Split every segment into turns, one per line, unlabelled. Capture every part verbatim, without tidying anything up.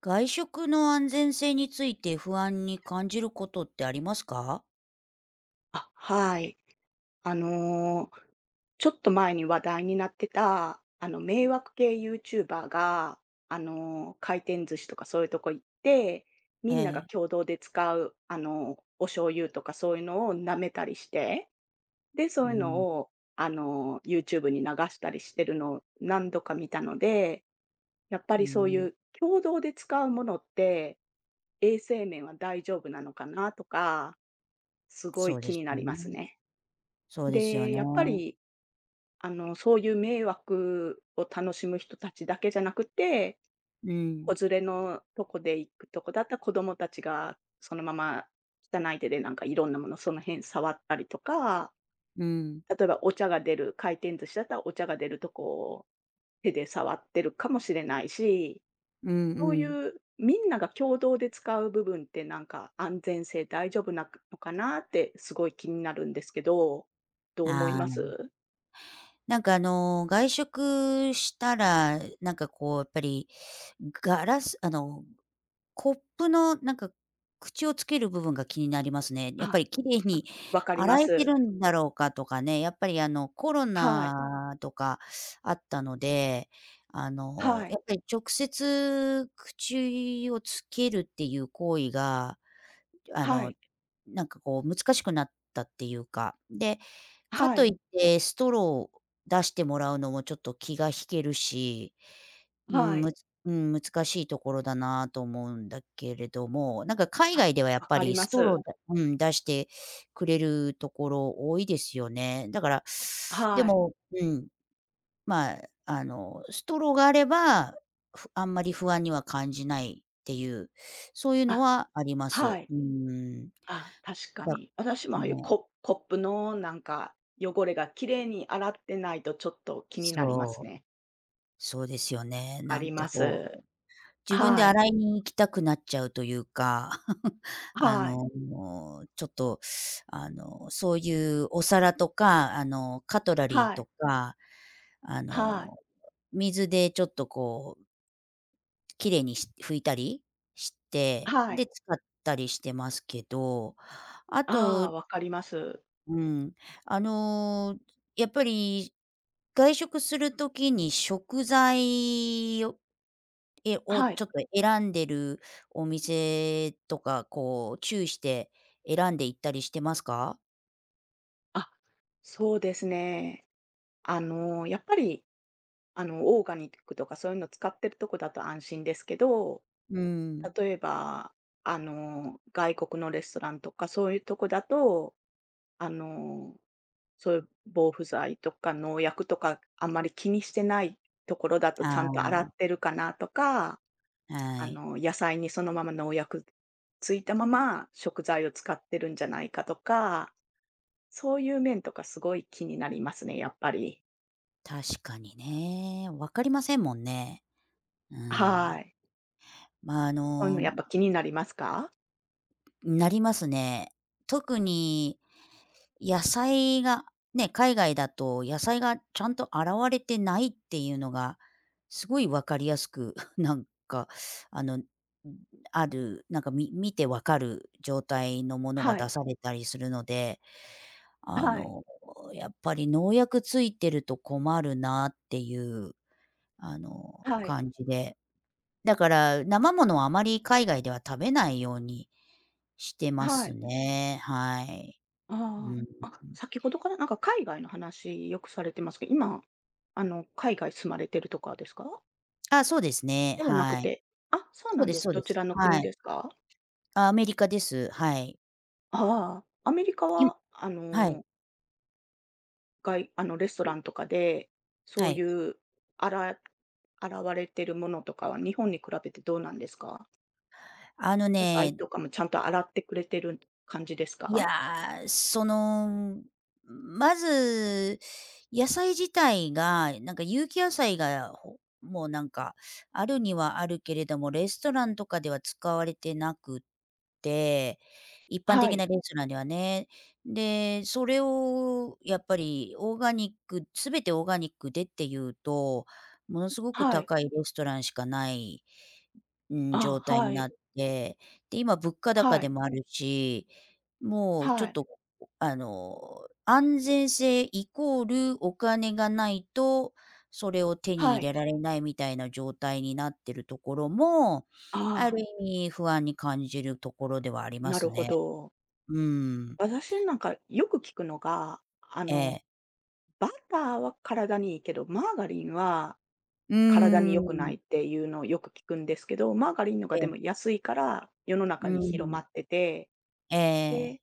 外食の安全性について不安に感じることってありますか？
あ、はい。あの、ちょっと前に話題になってた、あの、迷惑系ユーチューバーが、あの、回転寿司とかそういうとこ行って、
え
みんなが
え。
共同で使う、あの、お醤油とかそういうのを舐めたりして、で、そ
う
ういうの
ん、
を、あの、YouTube に流したりしてるのを何度か見たので、やっぱ
う
りそうい
ん、
う共同で使うものって、衛生面は大丈夫なのかなとか、すご
そ
い
う
気
です
にな
よ
ります
ね。
ね。
そうですよ
で、
ね。
やっぱり、あの、そういう迷惑を楽しむ人たちだけじゃなくて、
うん、
子連れのとこで行くとこだったら子供たちがそのまま汚い手でなんかいろんなものその辺触ったりとか、
うん、
例えばお茶が出る回転寿司だったらお茶が出るとこを手で触ってるかもしれないし、
うん
そう
うん。
いうみんなが共同で使う部分ってなんか安全性大丈夫なのかなってすごい気になるんですけど、どう思い
あ
ま
あ、
す？
なんかあの、外食したら、なんかこうやっぱりガラスあのコップのなんか、口をつける部分が気になりますね。やっぱ
あ
り綺麗
あ、
に
わかりま
洗えて
す。
るんだろうかとかね、やっぱりあの、コロ
はい。
ナとかあったので、あの、
は
や
い。
っぱり直接口をつけるっていう行為が、あ
は
の、
い。
なんかこう難しくなったっていうか、で、か
は
といっ
い。
てストローを出してもらうのもちょっと気が引けるしう
は
ん、む
い。
つうん、難しいところだなと思うんだけれども、なんか海
あ、
外ではやっ
わ
ぱ
かり
り
ま
ストロ
す。
ーでうん、出してくれるところ多いですよね。だから、で
はい。
も、うん、まあ、あの、ストローがあれば、ふあんまり不安には感じないっていう、そういうの
あ、
はありま
は
す。
い。
うーん。
あ、確か
だ
に。私もああいう
ね、
ココップのなんか汚れがきれいに洗ってないとちょっと気になります
そう、
ね。
そうですよね。
わか
な
り
んか
ま
こ
す。
う自分で
はい。
洗いに行きたくなっちゃうというか、あ
はい。
の、ちょっと、あの、そういうお皿とか、あの、カトラリー
は
と
い。
か、あ
はい。
の、水でちょっとこう、綺麗にし拭いたりして、
はい。
で、使ったりしてますけど、あ
あ
と
あ、わかります。
うん、あの、やっぱり、外食するときに食材え、を
はい。
ちょっと選んでるお店とか、こう注意して選んで行ったりしてますか？
あ、そうですね。あの、やっぱり、あの、オーガニックとかそういうの使ってるとこだと安心ですけど
うん。
例えば、あの、外国のレストランとか、そういうとこだと、あの、そういう防腐剤とか農薬とか、あんまり気にしてないところだとちゃん
あ
と洗ってるかなとか、
あ、は
あ
い。
の、野菜にそのまま農薬ついたまま食材を使ってるんじゃないかとか、そういう面とかすごい気になりますね、やっぱり。
確かにね、わかりませんもんね。う
は
ん。
い。
まあ、あ
そういうの
の、
やっぱ気になりますか？
なりますね。特に野菜が、ね、海外だと野菜がちゃんと洗われてないっていうのが、すごいわかりやすく、なんか、あの、ある、なんか、み見てわかる状態のものが
はい、
出されたりするので、あ
はい、
の、やっぱり農薬ついてると困るなっていう、あの、
はい、
感じで。だから、生ものはあまり海外では食べないようにしてま
は
す
い。
ね。はい。う
あ
ん。
あ、あ、先ほどからなんか海外の話よくされてますけど、今、あの、海外住まれてるとかですか？
あ、そうですね、
ではなく
はい。
て、あ、そう
そう
なん
です
です、
そう
ど
で
ち
す。
らの
は
国
い。
ですか？
あ、アメリカです。はい。
ああ、アメリカ
い
は、あ
はい。
の、外あの、レスト
う
ラ
ん、
ンとかで、そ
は
うい
い。
うあら洗われてるものとかは日本に比べてどうなんですか？
あの
野菜
ね、
とかもちゃんと洗ってくれてる感じです
い
か？
やー、その、まず、野菜自体が、なんか有機野菜が、ほもうなんか、あるにはあるけれども、レストランとかでは使われてなくって、一般
は
的
い、
なレストランではね。で、それをやっぱりオーガニックすべてオーガニックでっていうと、ものすごく
はい、
高いレストランしかないうん、状
ああ、
態
は
にな
い、
って、で、今物価高
は
で
い、
もあるし、もうちょ
は
っ
い、
と、あの、安全性イコールお金がないと、それを手に
は
入
い。
れられないみたいな状態になってるところも、
あ
あ
あ、
る意味不安に感じるところではありま
なる
す
ほ
ね。
ど。
うん。
私なんかよく聞くのが、あ
え
の、
え。
バターは体にいいけど、マーガリンは
う
体に
ー
良くな
ん。
いっていうのをよく聞くんですけど、マーガリンのが
え
で
え。
も安いから世の
う
中に広ま
ん。
ってて、
ええ。
で、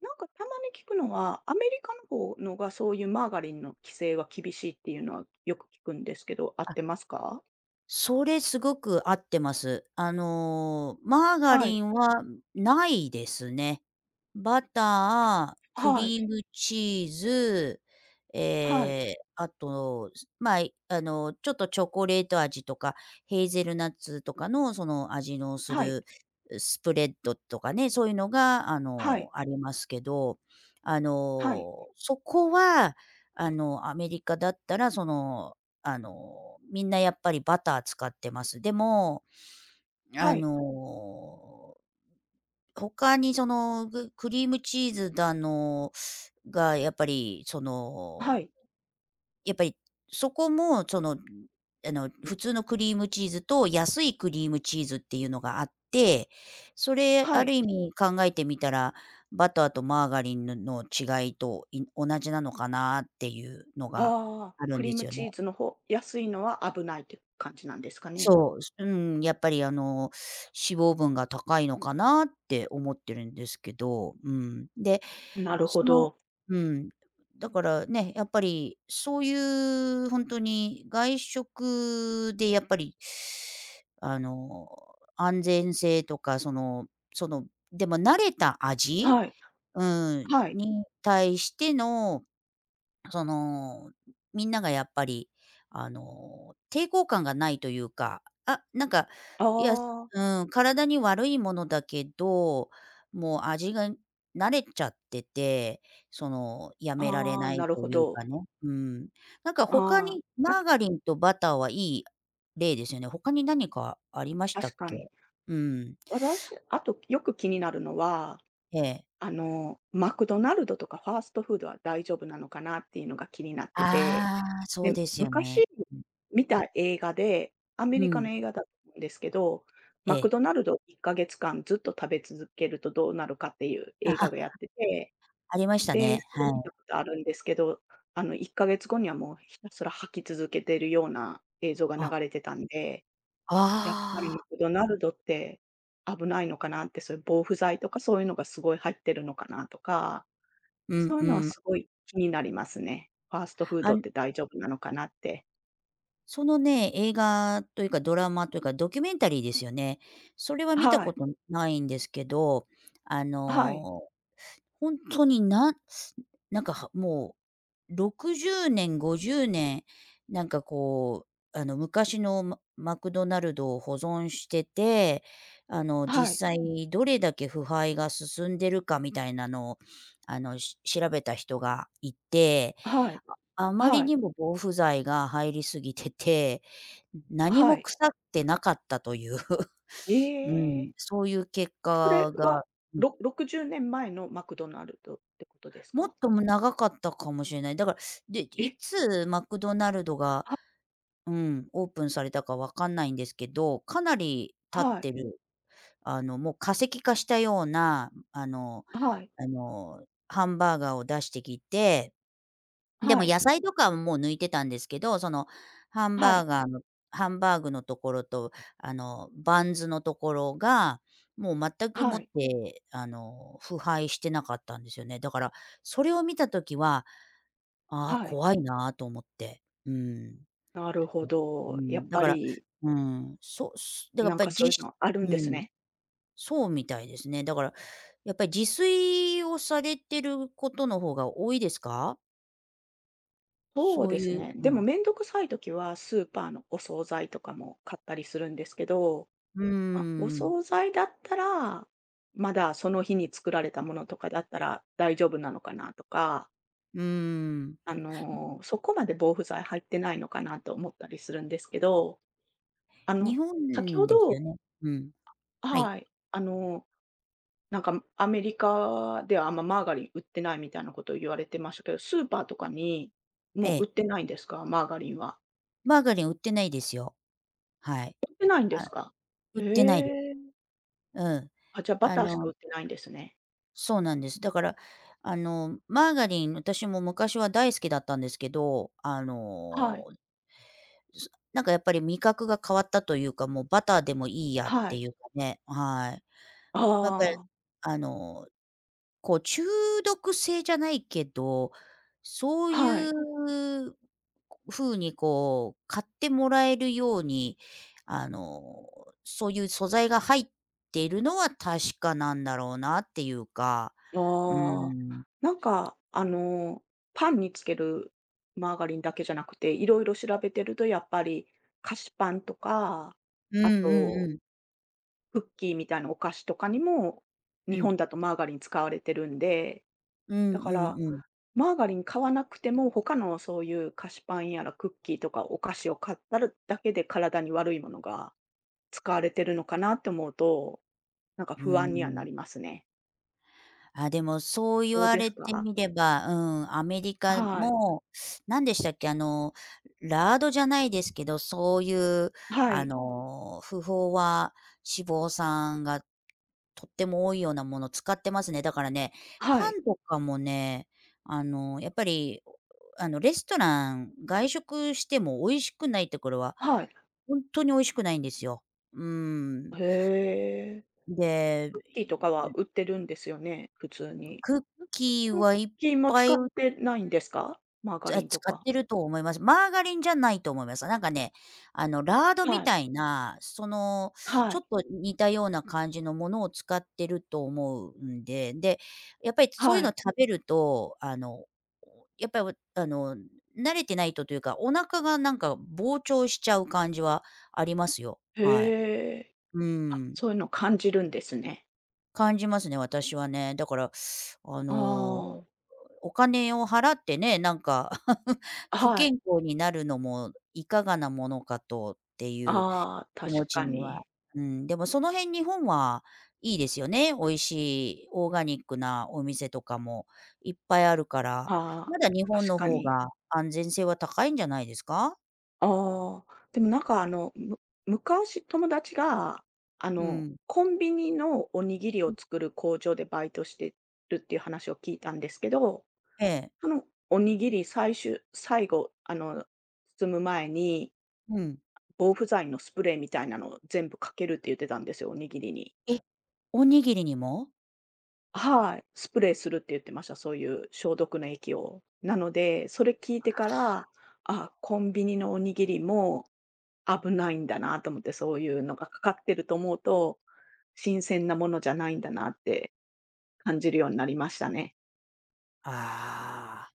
なんかたまに聞くのは、アメリカの方のがそういうマーガリンの規制は厳しいっていうのはよく聞くんですけど、合ってますか？
それすごく合ってます。あの、マーガ
は
リ
い、
ンはないですね。バター、ク
はい、
リームチーズ、え
はい、
え、あと、すまあ、いあの、ちょっとチョコレート味とか、ヘーゼルナッツとかのその味のす
はい、
る、うスプレッドとかね、そういうのが、あ
はい、
の、ありますけど、あ
はい、
の、そこは、あの、アメリカだったら、その、あの、みんなやっぱりバター使ってます。でも、あ
はい、
の他にその、ぐクリームチーズだのがやっぱりそ
は
の、
い、
やっぱりそこもその、あの、普通のクリームチーズと安いクリームチーズっていうのがあって、それ
は
ある
い。
意味考えてみたら、バターとマーガリンのの違いと、い同じなのかなっていうのが
ああ、
ある
ク
ん
リ
で
ーム
すよね。
チーズの方安いのは危ないって感じなんですかね。
そう、うん、やっぱりあの、脂肪分が高いのかなって思ってるんですけど、うん。で、
なるほ
その
ど。
うん、だからね、やっぱりそういう本当に外食でやっぱり、あの、安全性とか、そのその、でも慣れた味、
はい、
うん、
はい。
に対してのその、みんながやっぱり、あの、抵抗感がないというか、あ、なんか、
あ
いや、
あ、
うん、体に悪いものだけど、もう味が慣れちゃってて、その、やめられ
ああ、
ない
なる
と
ほ
いうか
ど。
ね、うん。なんか
あ
他
あ、
に
なん
マー
か
ガリンとバターはいい例ですよね。他に何かありました
確
っ
かに。
け？うん、
私、あとよく気になるのは、
ええ。
あの、マクドナルドとかファーストフードは大丈夫なのかなっていうのが気になってて、
ああ、そう
で、
ですよ
昔
ね。
見た映画で、アメ
う
リカの
ん、
映画だと思うんですけど、
え
マク
え。
ドナルドをいっかげつかんずっと食べ続けるとどうなるかっていう
あ、
映画
は、
がやってて
ありました
で、
ね、
それ
は
見た
い。
ことあるんですけど、あの、いっかげつごにはもうひたすら吐き続けてるような映像が
あ
流れてたんで、やっぱ
あ
りマ
あ。
クドナルドって危ないのかなって、そういう防腐剤とかそういうのがすごい入ってるのかなとか、
う
そ
ん
ういう
う
のは
ん。
すごい気になりますね。ファーストフー
あ
ドっ
ん
て大丈夫なのかなって。
そのね、映画というかドラマというかドキュメンタリーですよね。それは見た
は
こ
い、
とないんですけど、あ
はい、
の、ほんとになんなんか、はもうろくじゅうねん、ごじゅうねん、なんかこう、あの、昔のママクドナルドを保存してて、あの、
は
実
い、
際どれだけ腐敗が進んでるかみたいなのを、あの、し調べた人がいて
はい、
あまり
はい、
にも防腐剤が入りすぎてて、何
は
も
い。
腐ってなかったという、う
え
ん、
え、
そういう結
それ
果が、
はろろくじゅうねんまえのマクドナルドってことです
もっ
か？
とも長かったかもしれない。だから、で、
え、
いつマクドナルドが、
は、
うん、オープンされたかわかんないんですけど、かなり経っ
はい。
てる、あの、もう化石化したような、あの
はい、
あの、ハンバーガーを出してきてで
は
も
い、
野菜とかはもう抜いてたんですけど、そのハン
は
バ
い、
ーガーのハンバーグのところと、あの、バンズのところが、もう全くも
は
っ
い、
て、あの、腐敗してなかったんですよね。だから、それを見たときは、ああ、
はい。
怖いなと思って。うん。
なるほ
う
ど。やっ
ん、だ
ぱ
から、
り、
うん、そう、すだからや
な
っ
ん
ぱ
かそう
り
いう
じ
のあるん
う
です
ん、
ね。
そうみたいですね。だから、やっぱり自炊をされてることの方が多いですか？
そう
そう
です
いう
ね。
う
でも
ん。
めんどくさい時はスーパーのお惣菜とかも買ったりするんですけど、
うー
まあ、お
ん。
惣菜だったら、まだその日に作られたものとかだったら大丈夫なのかなとか、
うーん。
あの、そこまで防腐剤入ってないのかなと思ったりするんですけど、あ
日
の、先ほ
本です
ど
よね。うん。はい。
はい、あのーなんかアメリカではあんまマーガリン売ってないみたいなことを言われてましたけど、スーパーとかに、も
え
う売っ
え。
てないんですか？マーガリンは。
マーガリン売ってないですよ。はい。
売ってないんで
あ、
すか？
売っ
へ
てないです。
え。
うん。
あ、じゃあバ
あ
ターしか
の
売ってないんですね。
そうなんです。だから、あの、マーガリン、私も昔は大好きだったんですけど、あ
は
の、
い、
すなんかやっぱり味覚が変わったというか、もうバターでもいいやっ
は
て
い。
いうかね、はい。
あ
やっぱり、
あ、
あのこう中毒性じゃないけど、そう
は
い
い。
う風にこう買ってもらえるように、あの、そういう素材が入っているのは確かなんだろうなっていうか、うー
ああ。
ん。
なんかあの、パンにつけるマーガリンだけじゃなくて、いろいろ調べてるとやっぱり菓子パンとか、
うん
あ
うん
と
うん。
クッキーみたいなお菓子とかにも、
う
日
ん。
本だとマーガリン使われてるんで、
うん
だ
う
か
ん
ら、
うん。
マーガリン買わなくても、他のそういう菓子パンやらクッキーとかお菓子を買ったるだけで体に悪いものが使われてるのかなって思うと、なんか
うー
不安にはな
ん。
りますね。
あ、でもそう言
どう
わ
です
れて
か？
みれば、うん、アメリカ
はい。
も、何でしたっけ、あの、ラードじゃないですけど、そういう、
は
あ
い。
の、不飽和脂肪酸がとっても多いようなもの使ってますね。だからね、
は
パ
い。
ンとかもね、あの、やっぱり、あの、レストラン、外食しても美味しくないところは、
はい。
本当に美味しくないんですよ。うん。
へえ。
で、
クッキーとかは売ってるんですよね？普通に。
クッキー
クッ
はいっ
キーも
ぱ
使
い
ってないんですか？マーガ
あ、
リン
使
と
っ
か。
てると思います。マーガリンじゃないと思います。なんかね、あの、ラードみ
はい。
たいな、その、
は
ちょ
い。
っと似たような感じのものを使ってると思うんで、で、やっぱりそういう
は
の
い。
食べると、あの、やっぱり、あの、慣れてないとというか、お腹がなんか膨張しちゃう感じはありますよ。はい。
へえ。
う
あ、
ん。
そういうの感じるんですね。
感じますね、私はね。だから、あ
あ
の、お金を払ってね、なんか
あ、
不
はい。
健康になるのもいかがなものかとっていう
ああ、
気持
確
ち
か
には。
に。
うん、でもその辺日本はいいですよね。美味しいオーガニックなお店とかもいっぱいあるから、
ああ、
まだ日本
確
の
か
方
に。
が安全性は高いんじゃないですか？
ああ、でもなんかあの、む昔友達が、あ
う
の、
ん。
コンビニのおにぎりを作る工場でバイトしてるっていう話を聞いたんですけど、
ええ。
そのおにぎり最終最後、あの、包む前に、
うん。
防腐剤のスプレーみたいなのを全部かけるって言ってたんですよ、おにぎりに。
え、おにぎりにも？
はい、スプレーするって言ってました、そういう消毒の液を。なので、それ聞いてから、あ、コンビニのおにぎりも危ないんだなと思って、そういうのがかかってると思うと、新鮮なものじゃないんだなって感じるようになりましたね。
ああ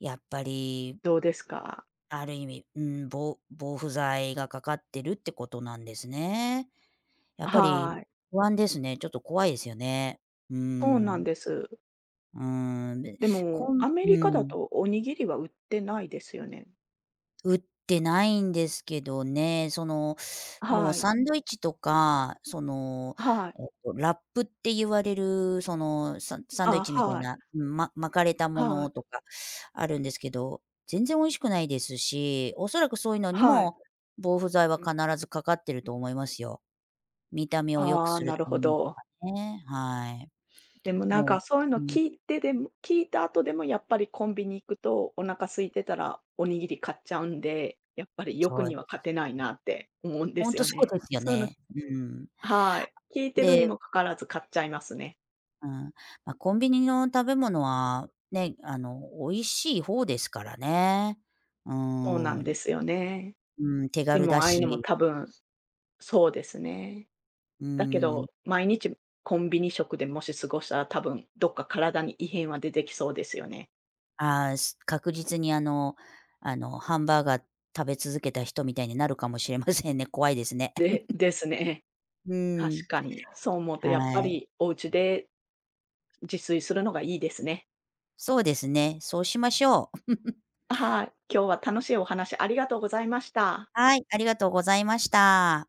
ー、やっぱり
どうですか？
ある意味、うん、防防腐剤がかかってるってことなんですね。やっぱり
はい、
不安ですね。ちょっと怖いですよね。うー
そうなん
ん。
です。
うーん、で、
で
こ
も、
ん
アメ
う
リカだ
ん。
とおにぎりは売ってないですよね。
売ってないんですけどね、その、もう
はい、
サンドイッチとか、その、
はい、
えっと、ラップって言われる、その、ササンドイッ
あ、
チみたい
はい、
な、ま巻かれたも
は
の
い、
とかあるんですけど、全然美味しくないですし、おそらくそういうのに
はい。
も防腐剤は必ずかかってると思いますよ。見た目を良く
ああ、
する
なる
た
ほ
めにと
ど。
かね、はい。
でもなんか
も
そういう
う、
の
うん、
聞いてでも聞いた後でもやっぱりコンビニ行くとお腹空いてたらおにぎり買っちゃうんで、やっぱり
そ
欲
う
には
で
勝
す
て
よ。
ないなって思うんで
ほん
す
と
よ
そう
ね。
ですよ
そういうの
ね。うん。
はい。聞いてるにも
で
かかわらず買っちゃいますね。
うん。まあ、コンビニの食べ物は、ね、あの、美味しい方ですからね。う
そうなん
ー
で
ん、
すよね。
うん、手
で
軽
も
だ
ああいうのも
し、
多分そうですね。
うー
だけ
ん。
ど、毎日コンビニ食でもし過ごしたら多分どっか体に異変は出てきそうですよね。
ああ、す確実にあのあの、ハンバーガー食べ続けた人みたいになるかもしれませんね。怖いですね。
でですね。
う
確
ん、
かに。そう思うとやっ
は
ぱ
い。
りお家で自炊するのがいいですね。
そうですね、そうしましょう。
はい。今日は楽しいお話ありがとうございました。
はい、ありがとうございました。